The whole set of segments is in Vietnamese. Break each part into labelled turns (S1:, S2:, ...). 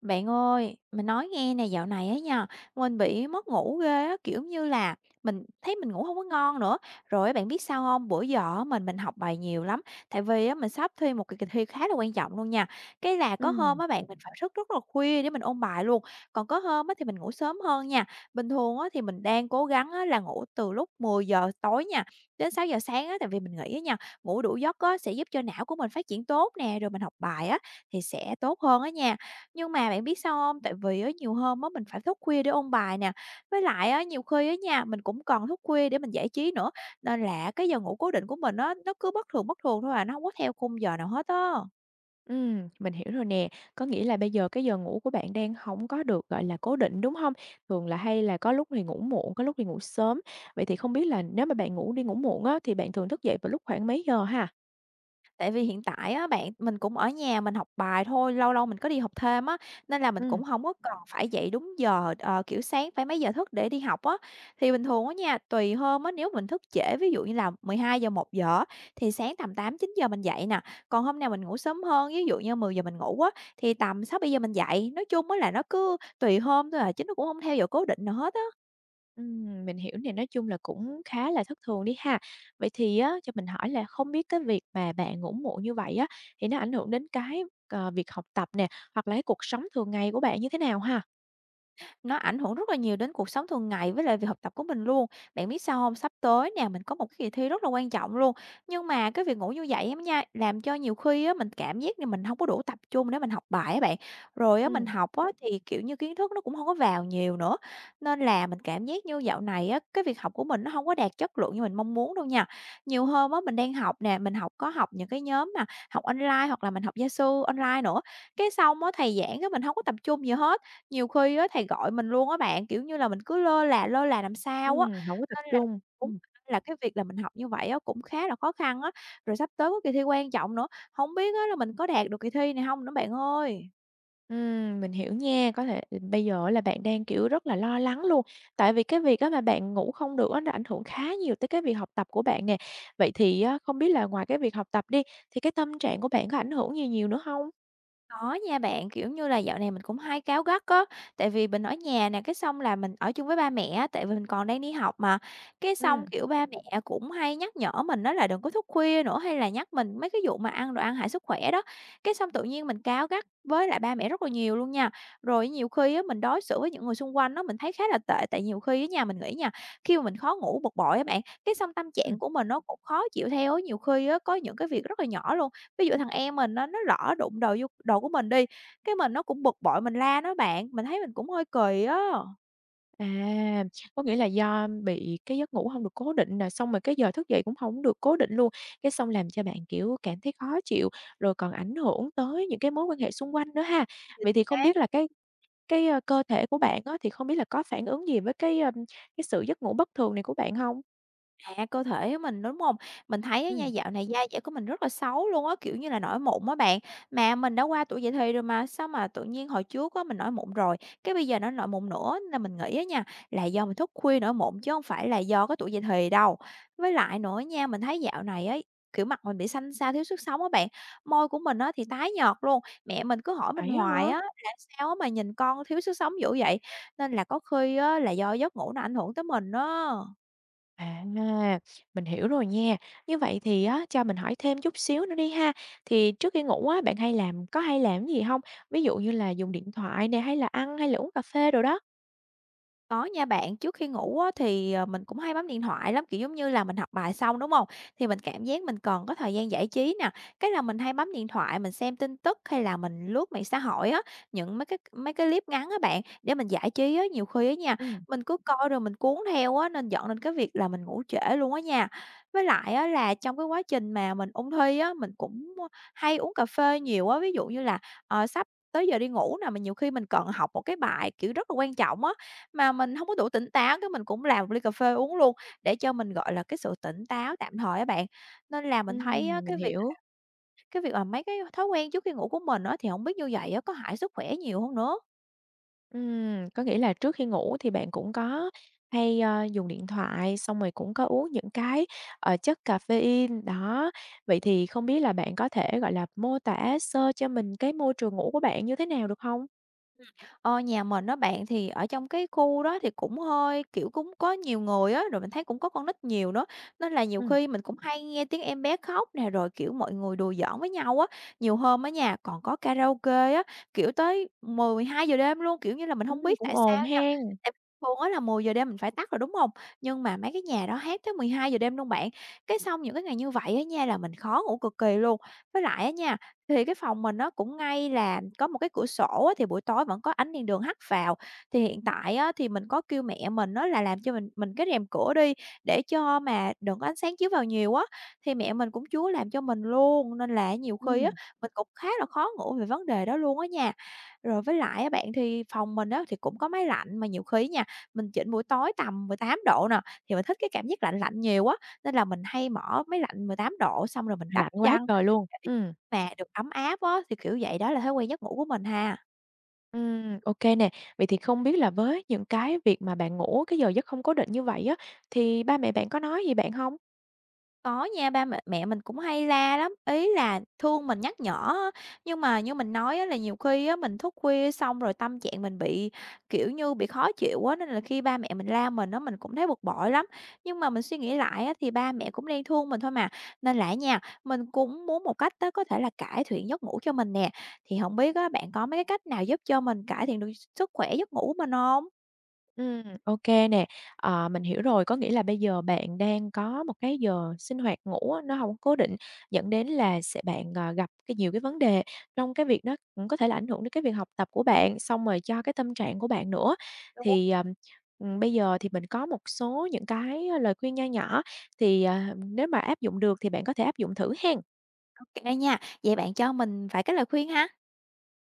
S1: Bạn ơi, mình nói nghe nè, dạo này á nha, mình bị mất ngủ ghê á, kiểu như là mình thấy mình ngủ không có ngon nữa. Rồi á bạn biết sao không? Bữa giờ á mình học bài nhiều lắm, tại vì á mình sắp thi một cái kỳ thi khá là quan trọng luôn nha. Cái là có hôm
S2: Ừm,
S1: á bạn mình phải thức rất là khuya để mình ôn bài luôn, còn có hôm á thì mình ngủ sớm hơn nha. Bình thường á thì mình đang cố gắng á là ngủ từ lúc 10 giờ tối nha, đến 6 giờ sáng á, tại vì mình nghĩ á nha, ngủ đủ giấc á sẽ giúp cho não của mình phát triển tốt nè, rồi mình học bài á thì sẽ tốt hơn á nha. Nhưng mà bạn biết sao không? Tại vì á, nhiều hôm á, mình phải thức khuya để ôn bài nè, với lại á, nhiều khi á nha, mình cũng còn thức khuya để mình giải trí nữa, nên là cái giờ ngủ cố định của mình á, nó cứ bất thường thôi à, nó không có theo khung giờ nào hết á.
S2: mình hiểu rồi nè. Có nghĩa là bây giờ cái giờ ngủ của bạn đang hổng có được, gọi là, cố định, đúng hông? Thường là hay là có lúc thì ngủ muộn, có lúc thì ngủ sớm. Vậy thì không biết là nếu mà bạn ngủ đi ngủ muộn á, thì bạn thường thức dậy vào lúc khoảng mấy giờ ha?
S1: Tại vì hiện tại á bạn, mình cũng ở nhà mình học bài thôi, lâu lâu mình có đi học thêm á, nên là mình
S2: Ừm,
S1: cũng hổng có cần phải dậy đúng giờ, kiểu, sáng phải mấy giờ thức để đi học á. Thì bình thường á nha, tùy hôm á, nếu mình thức trễ, ví dụ như là 12:00-1:00 á, thì sáng tầm tám chín giờ mình dậy nè, còn hôm nào mình ngủ sớm hơn, ví dụ như 10 giờ mình ngủ á, thì tầm sáu bảy giờ mình dậy. Nói chung á là nó cứ tùy hôm thôi à, chứ nó cũng hông theo giờ cố định nào hết á.
S2: mình hiểu nè, nói chung là cũng khá là thất thường đi ha. Vậy thì á, cho mình hỏi là không biết cái việc mà bạn ngủ muộn như vậy á, thì nó ảnh hưởng đến cái, việc học tập nè, hoặc là cái cuộc sống thường ngày của bạn như thế nào ha?
S1: Nó ảnh hưởng rất là nhiều đến cuộc sống thường ngày với lại việc học tập của mình luôn. Bạn biết sao hông? Sắp tới nè, mình có một cái kỳ thi rất là quan trọng luôn, nhưng mà cái việc ngủ như vậy á nha, làm cho nhiều khi á mình cảm giác như mình không có đủ tập trung để mình học bài á bạn. Rồi á mình
S2: Ừm,
S1: học á thì, kiểu như, kiến thức nó cũng không có vào nhiều nữa, nên là mình cảm giác như dạo này á, cái việc học của mình nó không có đạt chất lượng như mình mong muốn đâu nha. Nhiều hôm á mình đang học nè, mình học có học những cái nhóm mà học online hoặc là mình học gia sư online nữa, cái xong á thầy giảng á mình không có tập trung gì hết. Nhiều khi á thầy gọi mình luôn á bạn, kiểu như là, mình cứ lơ là làm sao á,
S2: hổng có tập
S1: nên là
S2: trung.
S1: đúng
S2: Ừm.
S1: là cái việc là mình học như vậy á cũng khá là khó khăn á. Rồi sắp tới có kỳ thi quan trọng nữa, không biết á là mình có đạt được kỳ thi này không nữa bạn ơi?
S2: Mình hiểu nha, có thể bây giờ là bạn đang, kiểu, rất là lo lắng luôn, tại vì cái việc á mà bạn ngủ không được á nó ảnh hưởng khá nhiều tới cái việc học tập của bạn nè. Vậy thì á, không biết là ngoài cái việc học tập đi, thì cái tâm trạng của bạn có ảnh hưởng gì nhiều nữa không?
S1: Có nha bạn, kiểu như là, dạo này mình cũng hay cáu gắt á, tại vì mình ở nhà nè, cái xong là mình ở chung với ba mẹ á, tại vì mình còn đang đi học mà. Cái xong,
S2: Ừm.
S1: kiểu, ba mẹ cũng hay nhắc nhở mình đó là đừng có thức khuya nữa, hay là nhắc mình mấy cái vụ mà ăn đồ ăn hại sức khỏe đó. Cái xong tự nhiên mình cáu gắt với lại ba mẹ rất là nhiều luôn nha. Rồi nhiều khi á, mình đối xử với những người xung quanh á, mình thấy khá là tệ, tại nhiều khi á nha, mình nghĩ nha, khi mà mình khó ngủ bực bội á bạn, cái xong tâm
S2: Ừm,
S1: trạng của mình nó cũng khó chịu theo á, nhiều khi á, có những cái việc rất là nhỏ luôn. Ví dụ thằng em mình nó lỡ đụng đồ vô đồ của mình đi, cái mình nó cũng bực bội mình la nó bạn, mình thấy mình cũng hơi kỳ á.
S2: à, có nghĩa là do bị cái giấc ngủ không được cố định nè, xong rồi cái giờ thức dậy cũng không được cố định luôn, cái xong làm cho bạn, kiểu, cảm thấy khó chịu, rồi còn ảnh hưởng tới những cái mối quan hệ xung quanh nữa ha. Vậy thì không biết là cái cơ thể của bạn á, thì không biết là có phản ứng gì với cái, cái sự giấc ngủ bất thường này của bạn không?
S1: À, cơ thể của mình, đúng không? Mình thấy á nha,
S2: Ừm.
S1: dạo này da dẻ của mình rất là xấu luôn á, kiểu như là, nổi mụn á bạn. Mà mình đã qua tuổi dậy thì rồi mà, sao mà tự nhiên hồi trước á mình nổi mụn rồi, cái bây giờ nó nổi mụn nữa, nên là mình nghĩ á nha, là do mình thức khuya nổi mụn chứ không phải là do cái tuổi dậy thì đâu. Với lại nữa nha, mình thấy dạo này ấy, kiểu, mặt mình bị xanh xao, thiếu sức sống á bạn, môi của mình á thì tái nhợt luôn. Mẹ mình cứ hỏi mình
S2: Vậy á
S1: hoài
S2: hả?
S1: á là "Sao á mà nhìn con thiếu sức sống dữ vậy?" Nên là có khi á là do giấc ngủ nó ảnh hưởng tới mình á.
S2: À, mình hiểu rồi nha. Như vậy thì á, cho mình hỏi thêm chút xíu nữa đi ha. Thì trước khi ngủ á, bạn hay làm có hay làm gì không? Ví dụ như là dùng điện thoại nè, hay là ăn, hay là uống cà phê đồ đó?
S1: Có nha bạn, trước khi ngủ á, thì, mình cũng hay bấm điện thoại lắm, kiểu, giống như là, mình học bài xong, đúng không? Thì mình cảm giác mình còn có thời gian giải trí nè, cái là mình hay bấm điện thoại mình xem tin tức hay là mình lướt mạng xã hội á, những mấy cái clip ngắn á bạn, để mình giải trí á. Nhiều khi á nha,
S2: Ừm,
S1: mình cứ coi rồi mình cuốn theo á, nên dẫn đến cái việc là mình ngủ trễ luôn á nha. Với lại á là trong cái quá trình mà mình ôn thi á, mình cũng, hay uống cà phê nhiều á, ví dụ như là, sắp tới giờ đi ngủ nè, mà nhiều khi mình cần học một cái bài, kiểu, rất là quan trọng á, mà mình hông có đủ tỉnh táo, cái mình cũng làm một ly cà phê uống luôn để cho mình, gọi là, cái sự tỉnh táo tạm thời á bạn. Nên là mình thấy á,
S2: mình
S1: cái việc
S2: hiểu.
S1: cái việc mà mấy cái thói quen trước khi ngủ của mình á, thì hổng biết như vậy á, có hại sức khỏe nhiều hông nữa?
S2: Có nghĩa là trước khi ngủ thì bạn cũng có hay, dùng điện thoại, xong rồi cũng có uống những cái, chất caffeine, đó. Vậy thì không biết là bạn có thể, gọi là, mô tả sơ cho mình cái môi trường ngủ của bạn như thế nào được không?
S1: Ờ, nhà mình đó bạn, thì ở trong cái khu đó thì cũng hơi, kiểu, cũng có nhiều người á, rồi mình thấy cũng có con nít nhiều nữa, nên là nhiều
S2: Ừm,
S1: khi mình cũng hay nghe tiếng em bé khóc nè, rồi, kiểu, mọi người đùa giỡn với nhau á. Nhiều hôm á nhà còn có karaoke á, kiểu, tới 1000 giờ đêm luôn, kiểu như là, mình không biết
S2: cũng
S1: tại sao
S2: ồn
S1: nha,
S2: hen,
S1: tại thường á là 10 giờ đêm mình phải tắt rồi, đúng không? Nhưng mà mấy cái nhà đó hát tới 12 giờ đêm luôn bạn. Cái xong những cái ngày như vậy á nha là mình khó ngủ cực kỳ luôn. Với lại á nha thì cái phòng mình nó cũng ngay là có một cái cửa sổ á, thì buổi tối vẫn có ánh đèn đường hắt vào. Thì hiện tại á, thì mình có kêu mẹ mình á, là làm cho mình cái rèm cửa đi, để cho mà đừng có ánh sáng chiếu vào nhiều á, thì mẹ mình cũng chúa làm cho mình luôn, nên là nhiều khi á,
S2: ừm,
S1: mình cũng khá là khó ngủ về vấn đề đó luôn á nha. Rồi với lại á bạn, thì phòng mình á, thì cũng có máy lạnh, mà nhiều khi nha, mình chỉnh buổi tối tầm 18 độ nè, thì mình thích cái cảm giác lạnh lạnh nhiều á, nên là mình hay mở máy lạnh 18 độ xong rồi mình đắp
S2: lạnh quá
S1: chăn
S2: trời luôn,
S1: mà được ấm áp á, thì, kiểu vậy, đó là thói quen giấc ngủ của mình ha.
S2: ô nè. Vậy thì không biết là với những cái việc mà bạn ngủ cái giờ giấc không cố định như vậy á, thì ba mẹ bạn có nói gì bạn không?
S1: Có nha, ba mẹ mẹ mình cũng hay la lắm, ý là thương mình, nhắc nhở á, nhưng mà như mình nói á là nhiều khi á mình thức khuya xong rồi tâm trạng mình bị, kiểu như, bị khó chịu á, nên là khi ba mẹ mình la mình á, mình cũng thấy bực bội lắm. Nhưng mà mình suy nghĩ lại á thì ba mẹ cũng đang thương mình thôi mà, nên là nha, mình cũng muốn một cách đó có thể là cải thiện giấc ngủ cho mình nè. Thì không biết á, bạn có mấy cái cách nào giúp cho mình cải thiện được sức khỏe giấc ngủ của mình không?
S2: Ok nè, mình hiểu rồi. Có nghĩa là bây giờ bạn đang có một cái giờ sinh hoạt ngủ á, nó không cố định, dẫn đến là sẽ bạn, gặp cái nhiều cái vấn đề trong cái việc nó cũng có thể là ảnh hưởng đến cái việc học tập của bạn, xong rồi cho cái tâm trạng của bạn nữa. Thì, bây giờ thì mình có một số những cái lời khuyên nho nhỏ, thì, nếu mà áp dụng được thì bạn có thể áp dụng thử hen.
S1: Ô nha, vậy bạn cho mình vài cái lời khuyên ha.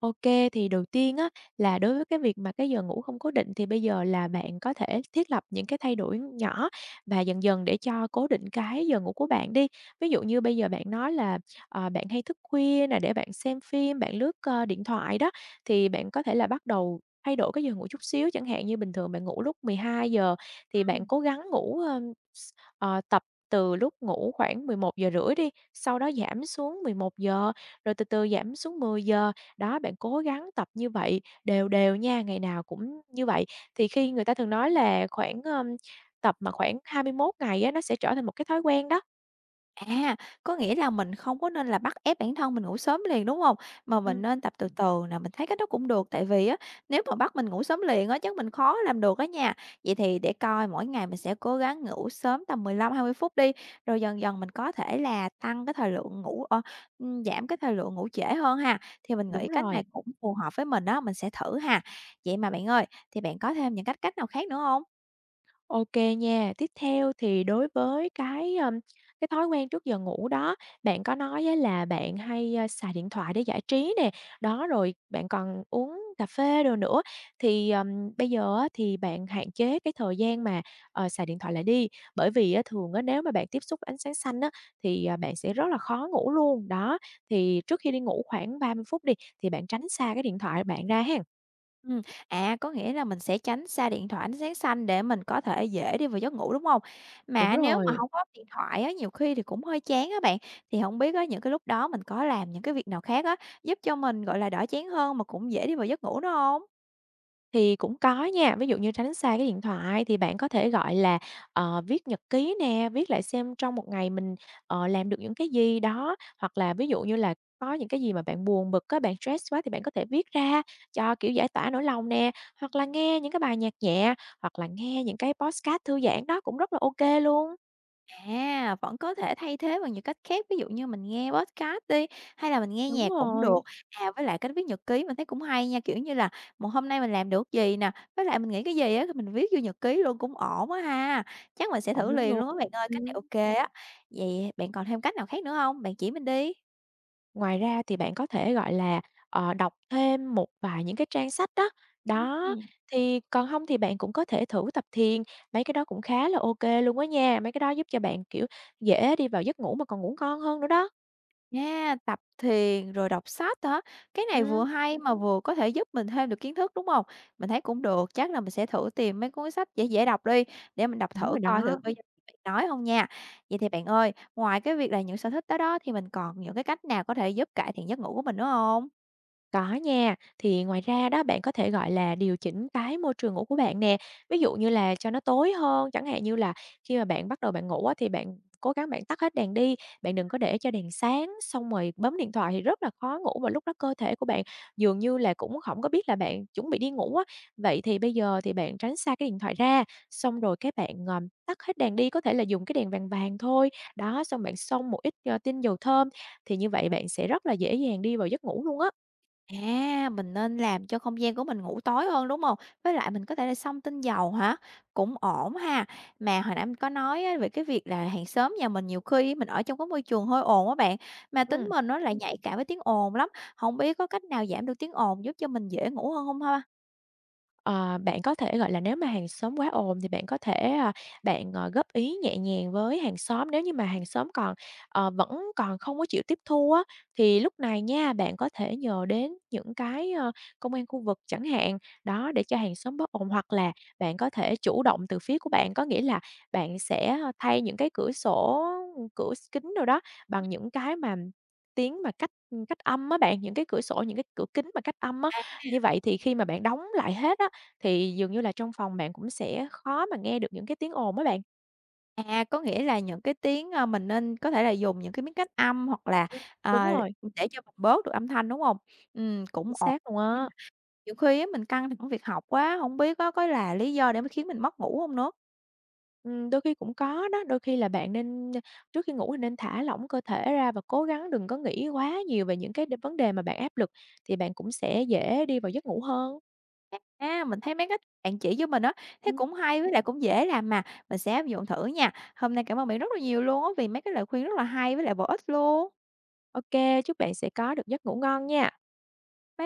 S2: OK, thì đầu tiên á, là đối với cái việc mà cái giờ ngủ không cố định thì bây giờ là bạn có thể thiết lập những cái thay đổi nhỏ và dần dần để cho cố định cái giờ ngủ của bạn đi. Ví dụ như bây giờ bạn nói là, bạn hay thức khuya nè, để bạn xem phim, bạn lướt, điện thoại đó, thì bạn có thể là bắt đầu thay đổi cái giờ ngủ chút xíu, chẳng hạn như bình thường bạn ngủ lúc mười hai giờ, thì bạn
S1: Ừm.
S2: cố gắng ngủ, s tập từ lúc ngủ khoảng mười một giờ rưỡi đi, sau đó giảm xuống mười một giờ, rồi từ từ giảm xuống mười giờ. Đó, bạn cố gắng tập như vậy đều đều nha, ngày nào cũng như vậy. Thì khi người ta thường nói là khoảng, tập mà khoảng 21 ngày á, nó sẽ trở thành một cái thói quen đó.
S1: À, có nghĩa là mình không có nên là bắt ép bản thân mình ngủ sớm liền, đúng hông? Mà
S2: Ừm,
S1: mình nên tập từ từ nè, mình thấy cái đó cũng được, tại vì á, nếu mà bắt mình ngủ sớm liền á, chắc mình khó làm được á nha. Vậy thì để coi mỗi ngày mình sẽ cố gắng ngủ sớm tầm 15-20 phút đi, rồi dần dần mình có thể là tăng cái thời lượng ngủ giảm cái thời lượng ngủ trễ hơn ha. Thì mình
S2: đúng
S1: nghĩ cách
S2: rồi.
S1: này cũng phù hợp với mình á, mình sẽ thử ha. Vậy mà bạn ơi, thì bạn có thêm những cách cách nào khác nữa hông?
S2: OK nha. Tiếp theo thì đối với cái thói quen trước giờ ngủ đó, bạn có nói á là bạn hay, xài điện thoại để giải trí nè, đó, rồi bạn còn uống cà phê đồ nữa, thì, bây giờ á thì bạn hạn chế cái thời gian mà, xài điện thoại lại đi, bởi vì á thường á nếu mà bạn tiếp xúc ánh sáng xanh á thì, bạn sẽ rất là khó ngủ luôn. Đó, thì trước khi đi ngủ khoảng 30 phút đi, thì bạn tránh xa cái điện thoại bạn ra hen.
S1: Ừm, có nghĩa là mình sẽ tránh xa điện thoại, ánh sáng xanh để mình có thể dễ đi vào giấc ngủ, đúng không?
S2: Đúng
S1: Mà nếu mà
S2: rồi.
S1: không có điện thoại á, nhiều khi thì cũng hơi chán á bạn, thì không biết á, những cái lúc đó mình có làm những cái việc nào khác á, giúp cho mình, gọi là, đỡ chán hơn mà cũng dễ đi vào giấc ngủ nữa không?
S2: Thì cũng có nha, ví dụ như tránh xa cái điện thoại thì bạn có thể, gọi là, viết nhật ký nè, viết lại xem trong một ngày mình, làm được những cái gì đó. Hoặc là ví dụ như là có những cái gì mà bạn buồn bực các bạn stress quá thì bạn có thể viết ra cho, kiểu, giải tỏa nỗi lòng nè, hoặc là nghe những cái bài nhạc nhẹ, hoặc là nghe những cái podcast thư giãn đó cũng rất là ok luôn.
S1: À, vẫn có thể thay thế bằng những cách khác, ví dụ như mình nghe podcast đi, hay là mình nghe
S2: Đúng
S1: nhạc cũng được.
S2: rồi,
S1: À, với lại cái viết nhật ký mình thấy cũng hay nha, kiểu như là, một hôm nay mình làm được gì nè, với lại mình nghĩ cái gì á thì mình viết vô nhật ký luôn cũng ổn á ha. Chắc mình sẽ
S2: ổn
S1: thử
S2: lắm
S1: liền
S2: luôn.
S1: luôn á bạn ơi, cách này
S2: Ừm.
S1: ok á. Vậy bạn còn thêm cách nào khác nữa không? Bạn chỉ mình đi.
S2: Ngoài ra thì bạn có thể, gọi là, đọc thêm một vài những cái trang sách đó. Đó,
S1: Ừm.
S2: thì còn không thì bạn cũng có thể thử tập thiền, mấy cái đó cũng khá là ok luôn á nha, mấy cái đó giúp cho bạn, kiểu, dễ đi vào giấc ngủ mà còn ngủ ngon hơn nữa đó.
S1: Nha, tập thiền rồi đọc sách hả? Cái này vừa
S2: Ừm,
S1: hay mà vừa có thể giúp mình thêm được kiến thức, đúng không? Mình thấy cũng được, chắc là mình sẽ thử tìm mấy cuốn sách dễ dễ đọc đi, để mình đọc
S2: đúng
S1: thử
S2: rồi
S1: coi thử
S2: đó.
S1: bây giờ bạn nói không nha. Vậy thì bạn ơi, ngoài cái việc là những sở thích đó đó, thì mình còn những cái cách nào có thể giúp cải thiện giấc ngủ của mình nữa không?
S2: Có nha, thì ngoài ra đó bạn có thể, gọi là, điều chỉnh cái môi trường ngủ của bạn nè, ví dụ như là cho nó tối hơn, chẳng hạn như là khi mà bạn bắt đầu bạn ngủ á thì bạn cố gắng bạn tắt hết đèn đi, bạn đừng có để cho đèn sáng, xong rồi bấm điện thoại thì rất là khó ngủ và lúc đó cơ thể của bạn dường như là cũng không có biết là bạn chuẩn bị đi ngủ á. Vậy thì bây giờ thì bạn tránh xa cái điện thoại ra, xong rồi cái bạn, tắt hết đèn đi, có thể là dùng cái đèn vàng vàng thôi, đó, xong bạn xông một ít, tinh dầu thơm thì như vậy bạn sẽ rất là dễ dàng đi vào giấc ngủ luôn á.
S1: À, mình nên làm cho không gian của mình ngủ tối hơn, đúng không? Với lại mình có thể là xông tinh dầu hả? Cũng ổn ha. Mà hồi nãy mình có nói á về cái việc là hàng xóm nhà mình nhiều khi mình ở trong cái môi trường hơi ồn á bạn, mà tính
S2: Ừm.
S1: mình nó lại nhạy cảm với tiếng ồn lắm. Không biết có cách nào giảm được tiếng ồn giúp cho mình dễ ngủ hơn không ha?
S2: Ờ, bạn có thể, gọi là, nếu mà hàng xóm quá ồn thì bạn có thể, bạn, góp ý nhẹ nhàng với hàng xóm. Nếu như mà hàng xóm còn, vẫn còn không có chịu tiếp thu á, thì lúc này nha, bạn có thể nhờ đến những cái, công an khu vực chẳng hạn, đó, để cho hàng xóm bớt ồn. Hoặc là bạn có thể chủ động từ phía của bạn, có nghĩa là bạn sẽ, thay những cái cửa sổ, cửa kính đâu đó bằng những cái mà tiếng mà cách cách âm á bạn, những cái cửa sổ, những cái cửa kính mà cách âm á. Như vậy thì khi mà bạn đóng lại hết á thì dường như là trong phòng bạn cũng sẽ khó mà nghe được những cái tiếng ồn á bạn.
S1: À, có nghĩa là những cái tiếng, mình nên có thể là dùng những cái miếng cách âm hoặc là,
S2: Ừm. Đúng
S1: à,
S2: rồi,
S1: để cho mình bớt được âm thanh, đúng không? Cũng
S2: chính
S1: ổn.
S2: xác luôn á.
S1: Nhiều khi á mình căng thẳng việc học quá, không biết có là lý do để mà khiến mình mất ngủ không nữa?
S2: Đôi khi cũng có đó, đôi khi là bạn nên trước khi ngủ thì nên thả lỏng cơ thể ra và cố gắng đừng có nghĩ quá nhiều về những cái vấn đề mà bạn áp lực, thì bạn cũng sẽ dễ đi vào giấc ngủ hơn.
S1: A, mình thấy mấy cách bạn chỉ cho mình á, thấy
S2: Ừm.
S1: cũng hay với lại cũng dễ làm mà, mình sẽ áp dụng thử nha. Hôm nay cảm ơn bạn rất là nhiều luôn á vì mấy cái lời khuyên rất là hay với lại bổ ích luôn.
S2: Ô chúc bạn sẽ có được giấc ngủ ngon nha.
S1: Bye bye.